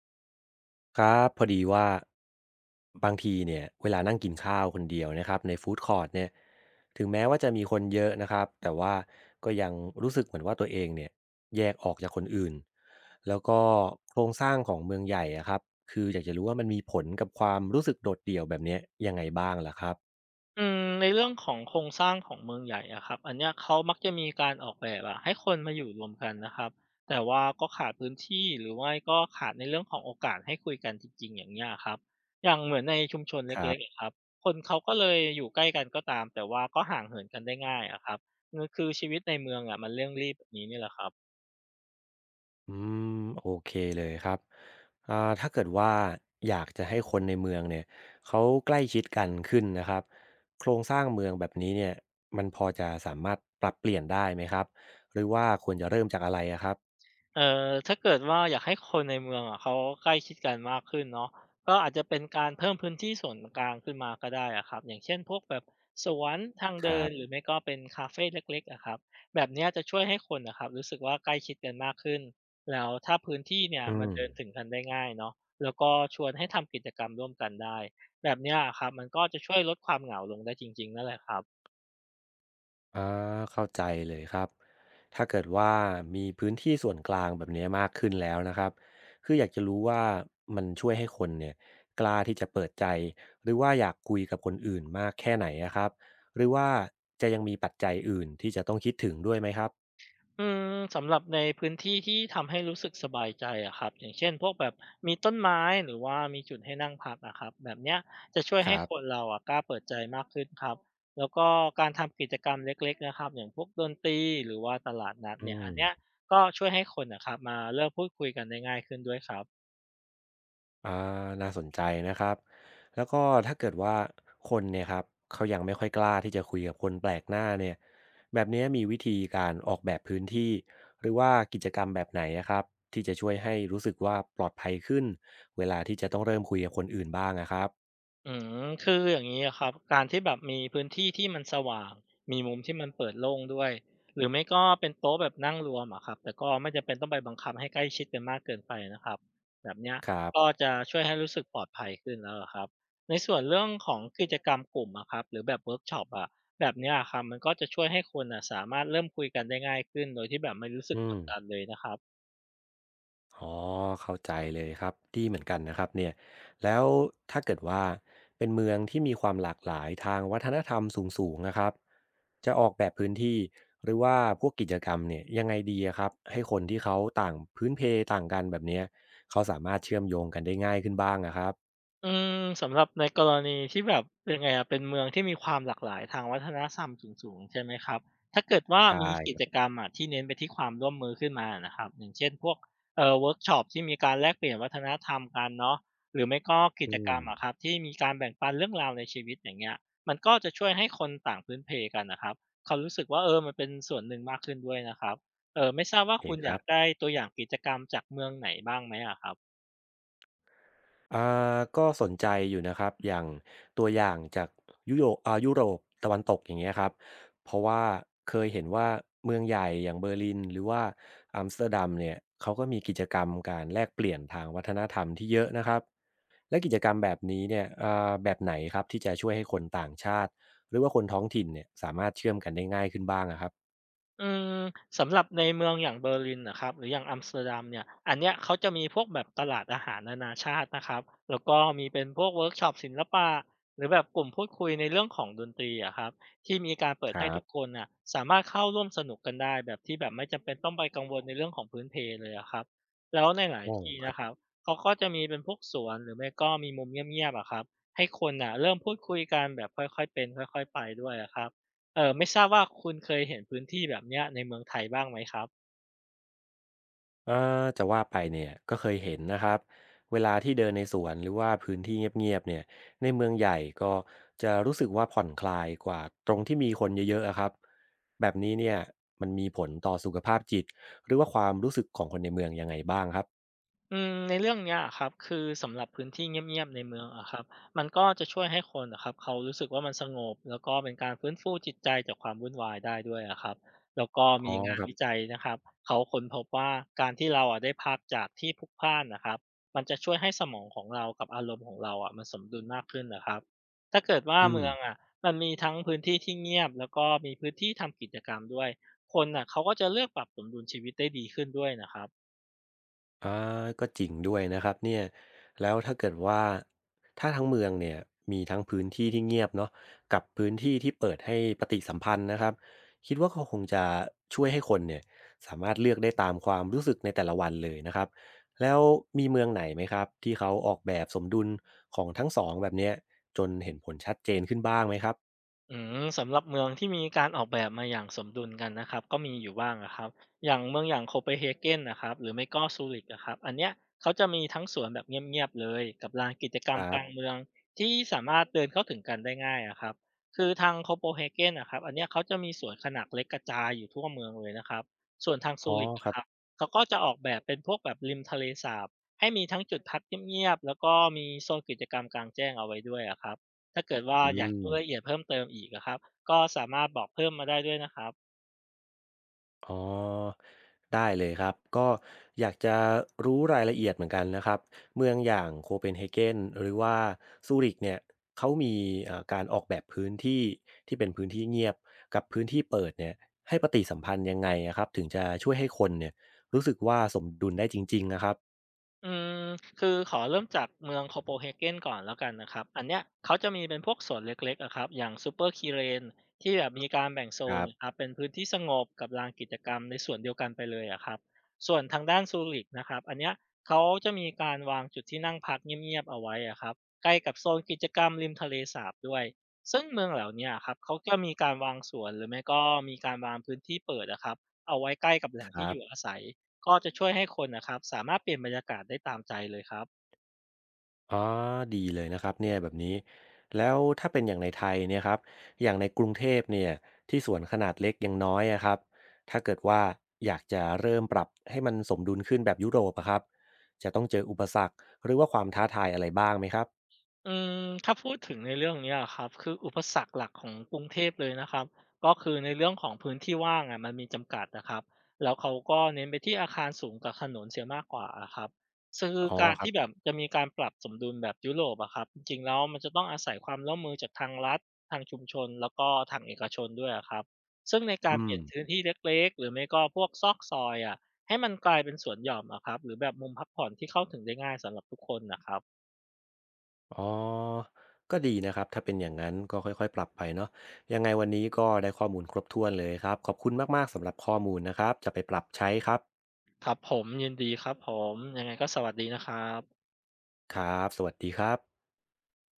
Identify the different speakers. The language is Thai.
Speaker 1: ครับพอดีว่าบางทีเนี่ยเวลานั่งกินข้าวคนเดียวนะครับในฟู้ดคอร์ตเนี่ยถึงแม้ว่าจะมีคนเยอะนะครับแต่ว่าก็ยังรู้สึกเหมือนว่าตัวเองเนี่ยแยกออกจากคนอื่นแล้วก็โครงสร้างของเมืองใหญ่อะครับคืออยากจะรู้ว่ามันมีผลกับความรู้สึกโดดเดี่ยวแบบเนี้ยยังไงบ้างล่ะครับ
Speaker 2: ในเรื่องของโครงสร้างของเมืองใหญ่อะครับอันเนี้ยเขามักจะมีการออกแบบอะให้คนมาอยู่รวมกันนะครับแต่ว่าก็ขาดพื้นที่หรือว่าก็ขาดในเรื่องของโอกาสให้คุยกันจริงๆอย่างเงี้ยครับอย่างเหมือนในชุมชน
Speaker 1: ครั
Speaker 2: เล็กๆ
Speaker 1: บ
Speaker 2: อะครับคนเขาก็เลยอยู่ใกล้กันก็ตามแต่ว่าก็ห่างเหินกันได้ง่ายอะครับนั่นคือชีวิตในเมืองอะมันเร่งรีบแบบนี้นี่แหละครับ
Speaker 1: อืมโอเคเลยครับ อ่าถ้าเกิดว่าอยากจะให้คนในเมืองเนี่ยเขาใกล้ชิดกันขึ้นนะครับโครงสร้างเมืองแบบนี้เนี่ยมันพอจะสามารถปรับเปลี่ยนได้ไหมครับหรือว่าควรจะเริ่มจากอะไรอะครับ
Speaker 2: ถ้าเกิดว่าอยากให้คนในเมืองอะเขาใกล้ชิดกันมากขึ้นเนาะก็อาจจะเป็นการเพิ่มพื้นที่ส่วนกลางขึ้นมาก็ได้อะครับอย่างเช่นพวกแบบสวนทาง
Speaker 1: ค
Speaker 2: เดิ
Speaker 1: รั
Speaker 2: นหรือ
Speaker 1: บ
Speaker 2: ไม่ก็เป็นคาเฟเล็กๆอะครับแบบเนี้ยจะช่วยให้คนนะครับรู้สึกว่าใกล้ชิดกันมากขึ้นแล้วถ้าพื้นที่เนี่ย
Speaker 1: อื
Speaker 2: มัน
Speaker 1: ม
Speaker 2: เดินถึงกันได้ง่ายเนาะแล้วก็ชวนให้ทำกิจกรรมร่วมกันได้แบบเนี้ยอะครับมันก็จะช่วยลดความเหงาลงได้จริงๆนั่นแหละครับ
Speaker 1: อาเข้าใจเลยครับถ้าเกิดว่ามีพื้นที่ส่วนกลางแบบนี้มากขึ้นแล้วนะครับคืออยากจะรู้ว่ามันช่วยให้คนเนี่ยกล้าที่จะเปิดใจหรือว่าอยากคุยกับคนอื่นมากแค่ไหนนะครับหรือว่าจะยังมีปัจจัยอื่นที่จะต้องคิดถึงด้วยไหมครับ
Speaker 2: อืสำหรับในพื้นที่ที่ทำให้รู้สึกสบายใจอะครับอย่างเช่นพวกแบบมีต้นไม้หรือว่ามีจุดให้นั่งพักอะครับแบบเนี้ยจะช่วย
Speaker 1: ค
Speaker 2: ให้
Speaker 1: รั
Speaker 2: คน
Speaker 1: บ
Speaker 2: เราอะกล้าเปิดใจมากขึ้นครับแล้วก็การทำกิจกรรมเล็กๆนะครับอย่างพวกดนตรีหรือว่าตลาดนัด
Speaker 1: อื
Speaker 2: เนี่ยอั
Speaker 1: ม
Speaker 2: นเนี้ยก็ช่วยให้คนนะครับมาเริ่มพูดคุยกันได้ง่ายขึ้นด้วยครับ
Speaker 1: อาน่าสนใจนะครับแล้วก็ถ้าเกิดว่าคนเนี่ยครับเขายังไม่ค่อยกล้าที่จะคุยกับคนแปลกหน้าเนี่ยแบบนี้มีวิธีการออกแบบพื้นที่หรือว่ากิจกรรมแบบไหนนะครับที่จะช่วยให้รู้สึกว่าปลอดภัยขึ้นเวลาที่จะต้องเริ่มคุยกับคนอื่นบ้างนะครับ
Speaker 2: อืคืออย่างนี้อะครับการที่แบบมีพื้นที่ที่มันสว่างมีมุมที่มันเปิดโล่งด้วยหรือไม่ก็เป็นโต๊ะแบบนั่งรวมอะครับแต่ก็ไม่จำเป็นต้องไปบังคับให้ใกล้ชิดกันมากเกินไปนะครับแบบเนี้ย
Speaker 1: ครั
Speaker 2: ก็
Speaker 1: บ
Speaker 2: จะช่วยให้รู้สึกปลอดภัยขึ้นแล้วอะครับในส่วนเรื่องของกิจกรรมกลุ่มอะครับหรือแบบเวิร์กช็อปอะแบบเนี้ยอะครับมันก็จะช่วยให้คนอ่ะสามารถเริ่มคุยกันได้ง่ายขึ้นโดยที่แบบไม่รู้สึ
Speaker 1: อื
Speaker 2: กก
Speaker 1: ม
Speaker 2: ดดันเลยนะครับ
Speaker 1: อ๋อเข้าใจเลยครับดีเหมือนกันนะครับเนี่ยแล้วถ้าเกิดว่าเป็นเมืองที่มีความหลากหลายทางวัฒนธรรมสูงๆนะครับจะออกแบบพื้นที่หรือว่าพวกกิจกรรมเนี่ยยังไงดีอะครับให้คนที่เขาต่างพื้นเพต่างกันแบบเนี้ยเขาสามารถเชื่อมโยงกันได้ง่ายขึ้นบ้างนะครับ
Speaker 2: อืสำหรับในกรณีที่แบบเป็นไงอะเป็นเมืองที่มีความหลากหลายทางวัฒนธรรมสูงๆใช่ไหมครับถ้าเกิดว่า
Speaker 1: ใช่
Speaker 2: มีกิ
Speaker 1: ครั
Speaker 2: จกร
Speaker 1: บ
Speaker 2: รมอะที่เน้นไปที่ความร่วมมือขึ้นมานะครับอย่างเช่นพวกเวิร์กช็อปที่มีการแลกเปลี่ยนวัฒนธรรมกันเนาะหรือไม่ก็กิ
Speaker 1: อื
Speaker 2: จกร
Speaker 1: ม
Speaker 2: รมอะครับที่มีการแบ่งปันเรื่องราวในชีวิตอย่างเงี้ยมันก็จะช่วยให้คนต่างพื้นเพกันนะครับเขารู้สึกว่าเออมันเป็นส่วนหนึ่งมากขึ้นด้วยนะครับเออไม่ทราบ
Speaker 1: โอ
Speaker 2: ว่า
Speaker 1: เค
Speaker 2: คุณ
Speaker 1: ค
Speaker 2: อ
Speaker 1: รั
Speaker 2: ยาก
Speaker 1: บ
Speaker 2: ได้ตัวอย่างกิจกรรมจากเมืองไหนบ้างไหมอะครับ
Speaker 1: อ่ก็สนใจอยู่นะครับอย่างตัวอย่างจากยุโรปยุโรปตะวันตกอย่างเงี้ยครับเพราะว่าเคยเห็นว่าเมืองใหญ่อย่างเบอร์ลินหรือว่าอัมสเตอร์ดัมเนี่ยเขาก็มีกิจกรรมการแลกเปลี่ยนทางวัฒนธรรมที่เยอะนะครับและกิจกรรมแบบนี้เนี่ยแบบไหนครับที่จะช่วยให้คนต่างชาติหรือว่าคนท้องถิ่นเนี่ยสามารถเชื่อมกันได้ง่ายขึ้นบ้างอะครับ
Speaker 2: อืมสำหรับในเมืองอย่างเบอร์ลินนะครับหรืออย่างอัมสเตอร์ดัมเนี่ยอันเนี้ยเขาจะมีพวกแบบตลาดอาหารนานาชาตินะครับแล้วก็มีเป็นพวกเวิร์กช็อปศิลปะหรือแบบกลุ่มพูดคุยในเรื่องของดนตรีอะครับที่มีการเปิด
Speaker 1: ค
Speaker 2: ให้
Speaker 1: รั
Speaker 2: ทุกค
Speaker 1: บ
Speaker 2: นน่ะสามารถเข้าร่วมสนุกกันได้แบบที่แบบไม่จำเป็นต้องไปกังวลในเรื่องของพื้นเพเลยอะครับแล้วในหลาย
Speaker 1: โอ้
Speaker 2: ที่
Speaker 1: ครั
Speaker 2: นะ
Speaker 1: บ
Speaker 2: ครับเขาก็จะมีเป็นพวกสวนหรือไม่ก็มีมุมเงียบๆอะครับให้คนน่ะเริ่มพูดคุยกันแบบค่อยๆเป็นค่อยๆไปด้วยอะครับ เออไม่ทราบว่าคุณเคยเห็นพื้นที่แบบเนี้ยในเมืองไทยบ้างไหมครับ
Speaker 1: เออจะว่าไปเนี่ยก็เคยเห็นนะครับเวลาที่เดินในสวนหรือว่าพื้นที่เงียบๆเนี่ยในเมืองใหญ่ก็จะรู้สึกว่าผ่อนคลายกว่าตรงที่มีคนเยอะๆอะครับแบบนี้เนี่ยมันมีผลต่อสุขภาพจิตหรือว่าความรู้สึกของคนในเมืองยังไงบ้างครับ
Speaker 2: ในเรื่องเนี้ยอะครับคือสำหรับพื้นที่เงียบๆในเมืองอะครับมันก็จะช่วยให้คนอะครับเขารู้สึกว่ามันสงบแล้วก็เป็นการฟื้นฟูจิตใจจากความวุ่นวายได้ด้วยอะครับแล้วก็
Speaker 1: อ๋อ
Speaker 2: มีงา
Speaker 1: ค
Speaker 2: น
Speaker 1: รับ
Speaker 2: วิจัยนะครับเขาค้นพบว่าการที่เราอะได้พักจากที่พลุกพล่านนะครับมันจะช่วยให้สมองของเรากับอารมณ์ของเราอะมันสมดุลมากขึ้นนะครับถ้าเกิดว่า
Speaker 1: อืม
Speaker 2: เมืองอะมันมีทั้งพื้นที่ที่เงียบแล้วก็มีพื้นที่ทำกิจกรรมด้วยคนอ่ะเขาก็จะเลือกปรับสมดุลชีวิตได้ดีขึ้นด้วยนะครับ
Speaker 1: อาก็จริงด้วยนะครับเนี่ยแล้วถ้าเกิดว่าถ้าทั้งเมืองเนี่ยมีทั้งพื้นที่ที่เงียบเนาะกับพื้นที่ที่เปิดให้ปฏิสัมพันธ์นะครับคิดว่าเขาคงจะช่วยให้คนเนี่ยสามารถเลือกได้ตามความรู้สึกในแต่ละวันเลยนะครับแล้วมีเมืองไหนไหมครับที่เขาออกแบบสมดุลของทั้งสองแบบเนี้ยจนเห็นผลชัดเจนขึ้นบ้างไหมครับ
Speaker 2: สำหรับเมืองที่มีการออกแบบมาอย่างสมดุลกันนะครับก็มีอยู่บ้างนะครับอย่างเมืองอย่างโคเปนเ a เกนนะครับหรือไม่ก็ซูริ c h ะครับอันเนี้ยเขาจะมีทั้งสวนแบบเงียบๆเลยกับลานกิจกร
Speaker 1: ค
Speaker 2: รม
Speaker 1: รั
Speaker 2: ก
Speaker 1: บ
Speaker 2: ลางเมืองที่สามารถเดินเข้าถึงกันได้ง่ายอะครับคือทางโคเ e นเ a เกนนะครับอันเนี้ยเขาจะมีสวนขนาดเล็กกระจายอยู่ทั่วเมืองเลยนะครับส่วนทาง
Speaker 1: อ๋
Speaker 2: ซู
Speaker 1: อ
Speaker 2: ริ
Speaker 1: ค
Speaker 2: c ะ
Speaker 1: รั
Speaker 2: ค
Speaker 1: บ
Speaker 2: รับเขาก็จะออกแบบเป็นพวกแบบริมทะเลสาบให้มีทั้งจุดพักเงียบๆแล้วก็มีโซนกิจกรรมกลางแจ้งเอาไว้ด้วยอะครับ ถ้าเกิดว่า
Speaker 1: อื
Speaker 2: อยากรู้รายละเอี
Speaker 1: ม
Speaker 2: ยดเพิ่มเติมอีกอะครับก็สามารถบอกเพิ่มมาได้ด้วยนะครับ
Speaker 1: อ๋อได้เลยครับก็อยากจะรู้รายละเอียดเหมือนกันนะครับเมืองอย่างโคเปนเฮเกนหรือว่าซูริกเนี่ยเขามีการออกแบบพื้นที่ที่เป็นพื้นที่เงียบกับพื้นที่เปิดเนี่ยให้ปฏิสัมพันธ์ยังไงอะครับถึงจะช่วยให้คนเนี่ยรู้สึกว่าสมดุลได้จริงๆนะครับ
Speaker 2: อืมคือขอเริ่มจากเมืองโคเปนเฮเกนก่อนแล้วกันนะครับอันเนี้ยเขาจะมีเป็นพวกสวนเล็กๆอะครับอย่างซูเปอร์คีเรนที่แบบมีการแบ่งโซ
Speaker 1: ค
Speaker 2: น
Speaker 1: รั
Speaker 2: นะครั
Speaker 1: บ
Speaker 2: บเป็นพื้นที่สงบกับลานกิจกรรมในส่วนเดียวกันไปเลยอะครับส่วนทางด้านซูริกนะครับอันเนี้ยเขาจะมีการวางจุดที่นั่งพักเงียบๆเอาไว้อะครับใกล้กับโซนกิจกรรมริมทะเลสาบด้วยซึ่งเมืองเหล่าเนี้ยครับเขาจะมีการวางสวนหรือไม่ก็มีการวางพื้นที่เปิดอะครับเอาไว้ใกล้กับแหล่
Speaker 1: ค
Speaker 2: งที่
Speaker 1: รั
Speaker 2: อ
Speaker 1: บ
Speaker 2: ยู่อาศัย ก็จะช่วยให้คนนะครับสามารถเปลี่ยนบรรยากาศได้ตามใจเลยครับ
Speaker 1: อ๋อดีเลยนะครับเนี่ยแบบนี้ แล้วถ้าเป็นอย่างในไทยเนี่ยครับอย่างในกรุงเทพเนี่ยที่สวนขนาดเล็กยังน้อยอะครับถ้าเกิดว่าอยากจะเริ่มปรับให้มันสมดุลขึ้นแบบยุโรปอะครับจะต้องเจออุปสรรคหรือว่าความท้าทายอะไรบ้างไหมครับ
Speaker 2: อืมถ้าพูดถึงในเรื่องเนี้ยอครับคืออุปสรรคหลักของกรุงเทพเลยนะครับก็คือในเรื่องของพื้นที่ว่างอะมันมีจำกัดนะครับแล้วเขาก็เน้นไปที่อาคารสูงกับถนนเสียมากกว่าอะครับซึ่ง
Speaker 1: อ๋อ
Speaker 2: การ
Speaker 1: ครั
Speaker 2: ที่แบบ
Speaker 1: บ
Speaker 2: จะมีการปรับสมดุลแบบยุโรปอะครับจริงๆแล้วมันจะต้องอาศัยความร่วมมือจากทางรัฐทางชุมชนแล้วก็ทางเอกชนด้วยอะครับซึ่งในการ
Speaker 1: อื
Speaker 2: เปลี่
Speaker 1: ม
Speaker 2: ยนพื้นที่เล็กๆหรือไม่ก็พวกซอกซอยอะให้มันกลายเป็นสวนหย่อมอะครับหรือแบบมุมพักผ่อนที่เข้าถึงได้ง่ายสำหรับทุกคนนะครับ
Speaker 1: อ๋อก็ดีนะครับ ถ้าเป็นอย่างนั้นก็ค่อยๆปรับไปเนาะยังไงวันนี้ก็ได้ข้อมูลครบถ้วนเลยครับขอบคุณมากๆสำหรับข้อมูลนะครับจะไปปรับใช้ครับ
Speaker 2: ครับผมยินดีครับผมยังไงก็สวัสดีนะครับ
Speaker 1: ครับสวัสดีครับ